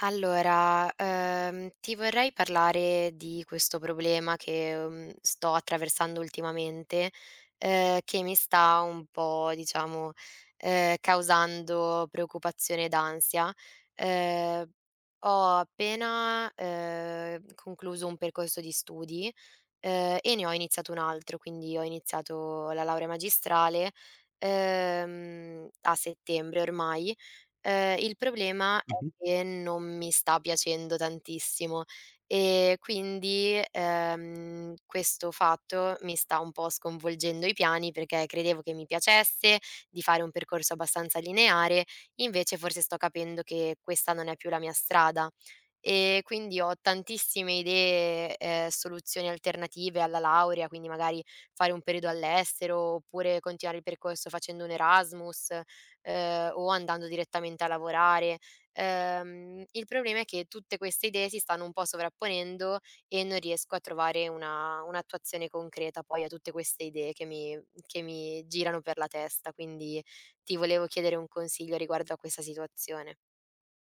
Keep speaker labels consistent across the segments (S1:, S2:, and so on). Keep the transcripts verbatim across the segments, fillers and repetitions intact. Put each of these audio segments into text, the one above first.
S1: Allora, ehm, ti vorrei parlare di questo problema che, mhmm, sto attraversando ultimamente, ehm, che mi sta un po' diciamo, ehm, causando preoccupazione ed ansia. Ehm, ho appena, ehm, concluso un percorso di studi, ehm, e ne ho iniziato un altro, quindi ho iniziato la laurea magistrale, ehm, a settembre ormai. Ehm, il problema è
S2: Mh-mh.
S1: che non mi sta piacendo tantissimo e quindi, ehm, questo fatto mi sta un po' sconvolgendo i piani perché credevo che mi piacesse di fare un percorso abbastanza lineare, invece forse sto capendo che questa non è più la mia strada. E quindi ho tantissime idee e soluzioni alternative alla laurea, quindi magari fare un periodo all'estero, oppure continuare il percorso facendo un Erasmus, ehm, o andando direttamente a lavorare. Ehm, il problema è che tutte queste idee si stanno un po' sovrapponendo e non riesco a trovare una un'attuazione concreta poi a tutte queste idee che mi che mi girano per la testa, quindi ti volevo chiedere un consiglio riguardo a questa situazione.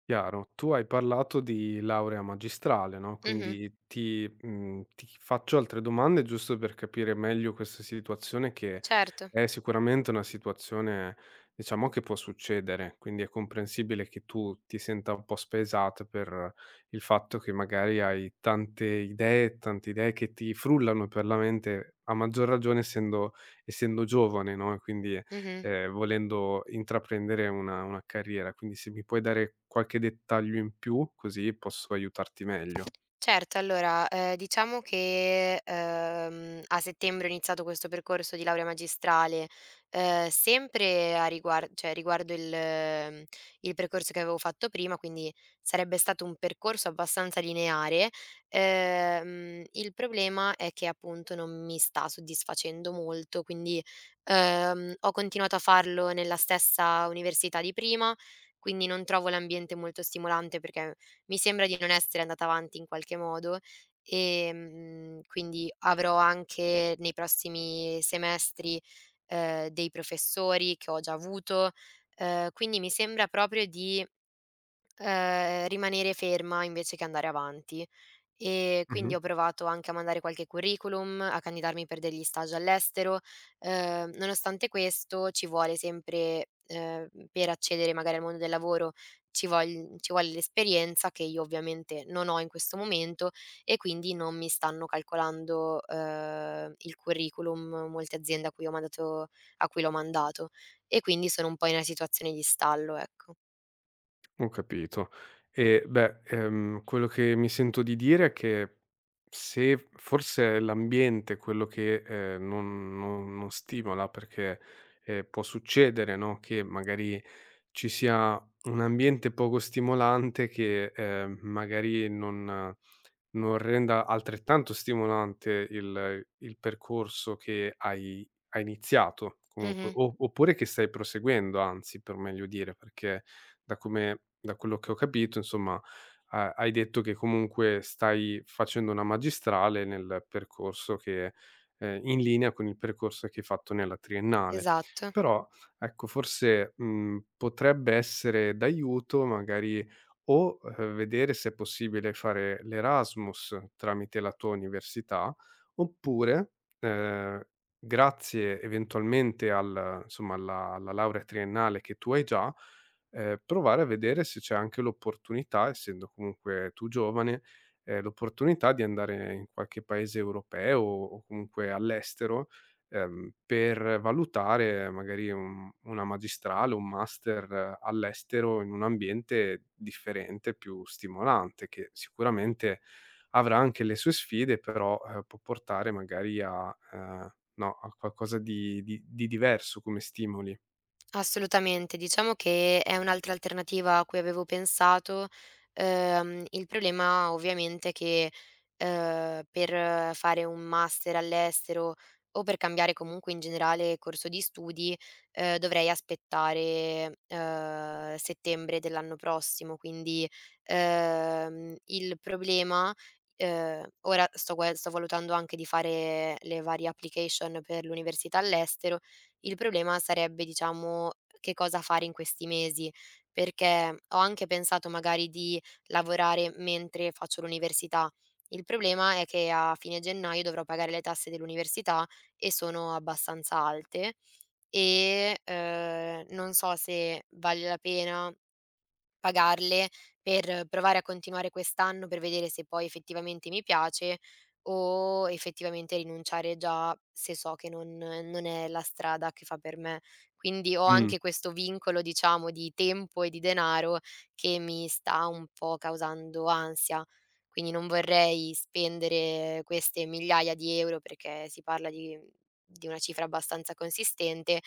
S2: Chiaro. Tu hai parlato di laurea magistrale, no,
S1: Mh-mh,
S2: quindi ti mhmm, ti faccio altre domande giusto per capire meglio questa situazione, che
S1: certo.
S2: è sicuramente una situazione, diciamo, che può succedere, quindi è comprensibile che tu ti senta un po' spaesato per il fatto che magari hai tante idee, tante idee che ti frullano per la mente, a maggior ragione essendo essendo giovane, no, e quindi
S1: Mh-mh.
S2: ehm, volendo intraprendere una una carriera. Quindi se mi puoi dare qualche dettaglio in più, così posso aiutarti meglio.
S1: Certo, allora, ehm, diciamo che, ehm, a settembre ho iniziato questo percorso di laurea magistrale, ehm, sempre a riguar cioè riguardo il mhmm, il percorso che avevo fatto prima, quindi sarebbe stato un percorso abbastanza lineare. Ehm, il problema è che appunto non mi sta soddisfacendo molto, quindi, ehm, ho continuato a farlo nella stessa università di prima, quindi non trovo l'ambiente molto stimolante perché mi sembra di non essere andata avanti in qualche modo, ehm, quindi avrò anche nei prossimi semestri, ehm, dei professori che ho già avuto, ehm, quindi mi sembra proprio di, ehm, rimanere ferma invece che andare avanti. E quindi
S2: Mh-mh,
S1: ho provato anche a mandare qualche curriculum, a candidarmi per degli stage all'estero. Ehm, nonostante questo ci vuole sempre, ehm, per accedere magari al mondo del lavoro, ci vogl ci vuole l'esperienza che io ovviamente non ho in questo momento e quindi non mi stanno calcolando, ehm, il curriculum molte aziende a cui ho mandato a cui l'ho mandato. E quindi sono un po' in una situazione di stallo, ecco.
S2: ho capito. E beh, ehm, quello che mi sento di dire è che, se forse è l'ambiente quello che, ehm, non non non stimola, perché, ehm, può succedere, no, che magari ci sia un ambiente poco stimolante che, ehm, magari non non renda altrettanto stimolante il il percorso che hai hai iniziato comunque,
S1: Mh-mh,
S2: o oppure che stai proseguendo anzi, per meglio dire, perché da come da quello che ho capito insomma, ha hai detto che comunque stai facendo una magistrale nel percorso che, ehm, in linea con il percorso che hai fatto nella triennale.
S1: esatto.
S2: Però, ecco, forse, mhmm, potrebbe essere d'aiuto magari, o, uhm, vedere se è possibile fare l'Erasmus tramite la tua università, oppure, uhm, grazie eventualmente al insomma alla alla laurea triennale che tu hai già, ehm, provare a vedere se c'è anche l'opportunità, essendo comunque tu giovane, ehm, l'opportunità di andare in qualche paese europeo o comunque all'estero, ehm, per valutare magari un una magistrale, un master eh, all'estero in un ambiente differente, più stimolante, che sicuramente avrà anche le sue sfide, però, ehm, può portare magari a, ehm, no, a qualcosa di di di diverso come stimoli.
S1: Assolutamente, diciamo che è un'altra alternativa a cui avevo pensato. Ehm, il problema ovviamente è che, ehm, per fare un master all'estero o per cambiare comunque in generale corso di studi, ehm, dovrei aspettare, ehm, settembre dell'anno prossimo. Quindi, ehm, il problema ehm, ora sto gua sto valutando anche di fare le varie application per l'università all'estero. Il problema sarebbe, diciamo, che cosa fare in questi mesi, perché ho anche pensato magari di lavorare mentre faccio l'università. Il problema è che a fine gennaio dovrò pagare le tasse dell'università e sono abbastanza alte e, ehm, non so se vale la pena pagarle per provare a continuare quest'anno, per vedere se poi effettivamente mi piace o effettivamente rinunciare già se so che non non è la strada che fa per me. Quindi ho
S2: Mh.
S1: anche questo vincolo, diciamo, di tempo e di denaro che mi sta un po' causando ansia. Quindi non vorrei spendere queste migliaia di euro, perché si parla di di una cifra abbastanza consistente,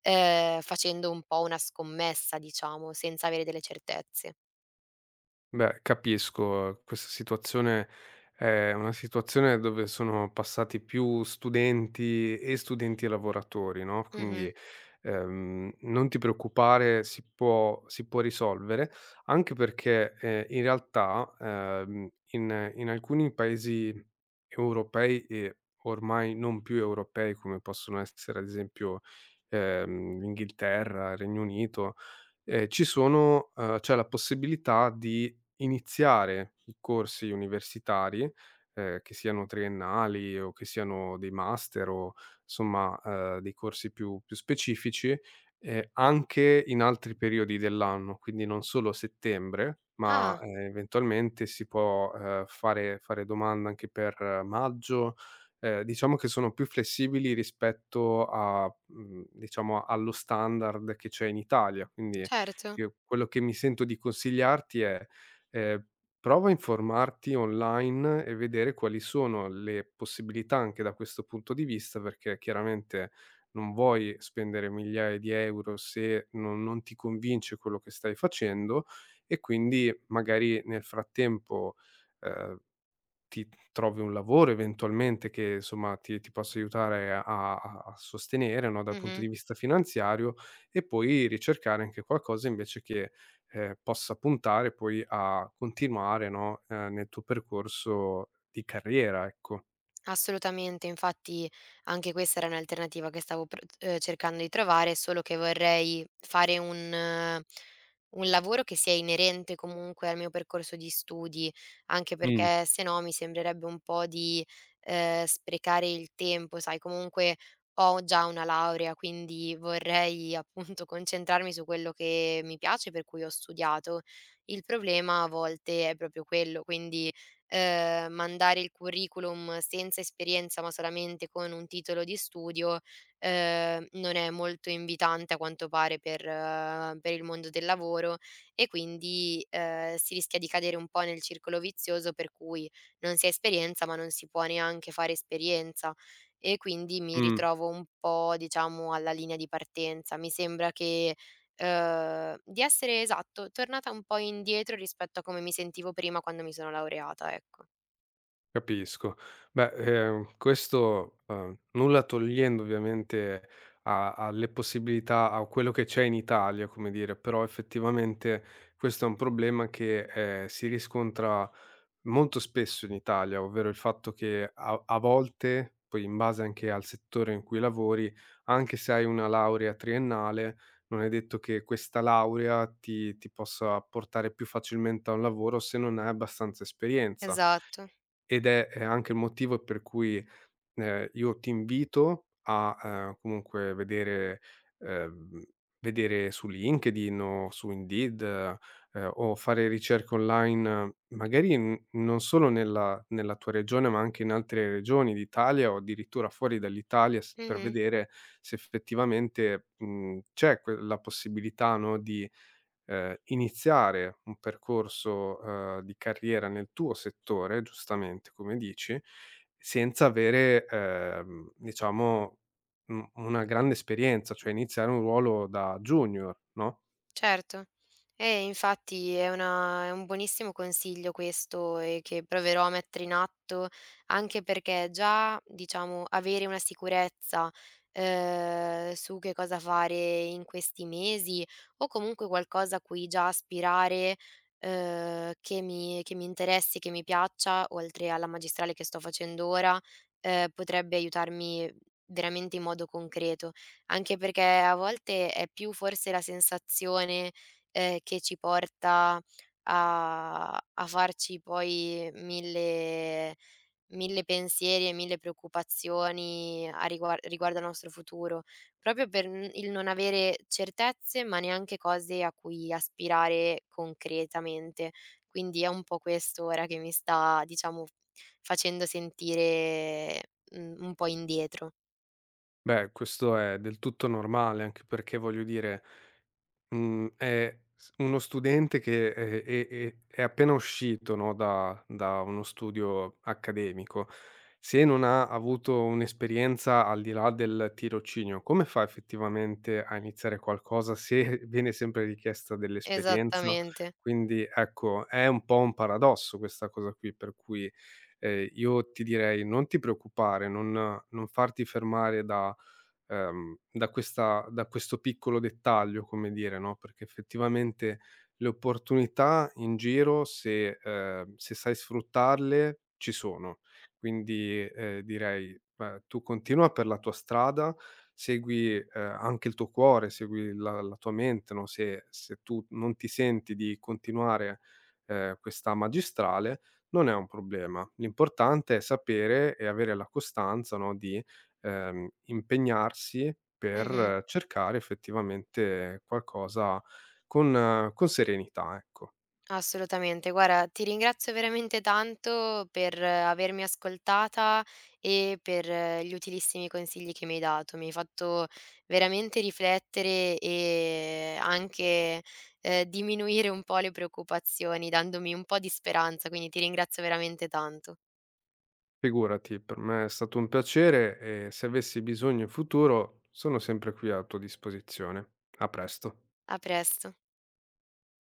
S1: ehm, facendo un po' una scommessa diciamo, senza avere delle certezze.
S2: Beh, capisco. Questa situazione è una situazione dove sono passati più studenti e studenti e lavoratori, no,
S1: Mh-mh.
S2: quindi, ehm, non ti preoccupare, si può si può risolvere, anche perché, ehm, in realtà, ehm, in in alcuni paesi europei e ormai non più europei, come possono essere ad esempio, ehm, l'Inghilterra, il Regno Unito. Ehm, ci sono uhm, c'è la possibilità di iniziare i corsi universitari, ehm, che siano triennali o che siano dei master o somma, uhm, dei corsi più più specifici, ehm, anche in altri periodi dell'anno, quindi non solo a settembre, ma,
S1: Ah,
S2: ehm, eventualmente si può, uhm, fare fare domanda anche per eh, maggio. Ehm, diciamo che sono più flessibili rispetto a, mhmm, diciamo, allo standard che c'è in Italia, quindi
S1: certo.
S2: io quello che mi sento di consigliarti è, ehm, prova a informarti online e vedere quali sono le possibilità anche da questo punto di vista, perché chiaramente non vuoi spendere migliaia di euro se non non ti convince quello che stai facendo e quindi magari nel frattempo, ehm ti trovi un lavoro eventualmente che, insomma, ti ti possa aiutare a a a sostenere, no, dal punto
S1: Mh-mh.
S2: di vista finanziario, e poi ricercare anche qualcosa, invece, che, ehm, possa puntare poi a continuare, no, ehm, nel tuo percorso di carriera, ecco.
S1: Assolutamente, infatti anche questa era un'alternativa che stavo pr ehm, cercando di trovare, solo che vorrei fare un eh, un lavoro che sia inerente comunque al mio percorso di studi, anche
S2: Mh,
S1: perché se no mi sembrerebbe un po' di ehm, sprecare il tempo, sai, comunque ho già una laurea, quindi vorrei appunto concentrarmi su quello che mi piace, per cui ho studiato. Il problema a volte è proprio quello, quindi ehm, mandare il curriculum senza esperienza, ma solamente con un titolo di studio, ehm, non è molto invitante a quanto pare per eh, per il mondo del lavoro e quindi, ehm, si rischia di cadere un po' nel circolo vizioso per cui non si ha esperienza, ma non si può neanche fare esperienza e quindi mi
S2: mh.
S1: ritrovo un po', diciamo, alla linea di partenza. Mi sembra che Uhm, di essere, esatto, tornata un po' indietro rispetto a come mi sentivo prima quando mi sono laureata, ecco.
S2: Capisco. Beh, ehm, questo, uhm, nulla togliendo ovviamente a alle possibilità, a quello che c'è in Italia, come dire, però effettivamente questo è un problema che, ehm, si riscontra molto spesso in Italia, ovvero il fatto che, a a volte, poi in base anche al settore in cui lavori, anche se hai una laurea triennale, non è detto che questa laurea ti ti possa portare più facilmente a un lavoro se non hai abbastanza esperienza.
S1: Esatto.
S2: Ed è, ehm, anche il motivo per cui, ehm, io ti invito a, ehm, comunque vedere, ehm, vedere su LinkedIn o su Indeed, ehm, o fare ricerche online, eh, magari n non solo nella nella tua regione, ma anche in altre regioni d'Italia o addirittura fuori dall'Italia, s per
S1: Mh-mh.
S2: vedere se effettivamente, mhmm, c'è que la possibilità, no, di, ehm, iniziare un percorso, ehm, di carriera nel tuo settore, giustamente come dici, senza avere, ehm, diciamo, u una grande esperienza, cioè iniziare un ruolo da junior, no?
S1: Certo. Eh, infatti è una è un buonissimo consiglio questo e che proverò a mettere in atto, anche perché già, diciamo, avere una sicurezza, ehm, su che cosa fare in questi mesi o comunque qualcosa a cui già aspirare, ehm, che mi che mi interessi, che mi piaccia, oltre alla magistrale che sto facendo ora, ehm, potrebbe aiutarmi veramente in modo concreto. Anche perché a volte è più forse la sensazione, ehm, che ci porta a a farci poi mille mille pensieri e mille preoccupazioni a rigua riguardo al nostro futuro, proprio per n il non avere certezze, ma neanche cose a cui aspirare concretamente. Quindi è un po' questo ora che mi sta, diciamo, facendo sentire, mhmm, un po' indietro.
S2: Beh, questo è del tutto normale, anche perché voglio dire, Mhmm, è s uno studente che è è è è appena uscito, no, da da uno studio accademico, se non ha avuto un'esperienza al di là del tirocinio, come fa effettivamente a iniziare qualcosa se viene sempre richiesta dell'esperienza?
S1: Esattamente.
S2: Quindi, ecco, è un po' un paradosso questa cosa qui, per cui, ehm, io ti direi: non ti preoccupare, non non farti fermare da ehm, da questa da questo piccolo dettaglio, come dire, no, perché effettivamente le opportunità in giro, se, ehm, se sai sfruttarle, ci sono. Quindi, ehm, direi, ehm, tu continua per la tua strada, segui, ehm, anche il tuo cuore, segui la la tua mente, no, se se tu non ti senti di continuare, ehm, questa magistrale non è un problema. L'importante è sapere e avere la costanza, no, di, ehm, impegnarsi
S1: Mh-mh.
S2: per cercare effettivamente qualcosa con eh, con serenità, ecco.
S1: Assolutamente. Guarda, ti ringrazio veramente tanto per avermi ascoltata e per eh, gli utilissimi consigli che mi hai dato. Mi hai fatto veramente riflettere e anche eh, diminuire un po' le preoccupazioni, dandomi un po' di speranza, quindi ti ringrazio veramente tanto.
S2: Figurati, per me è stato un piacere e se avessi bisogno in futuro sono sempre qui a tua disposizione. A presto.
S1: A presto.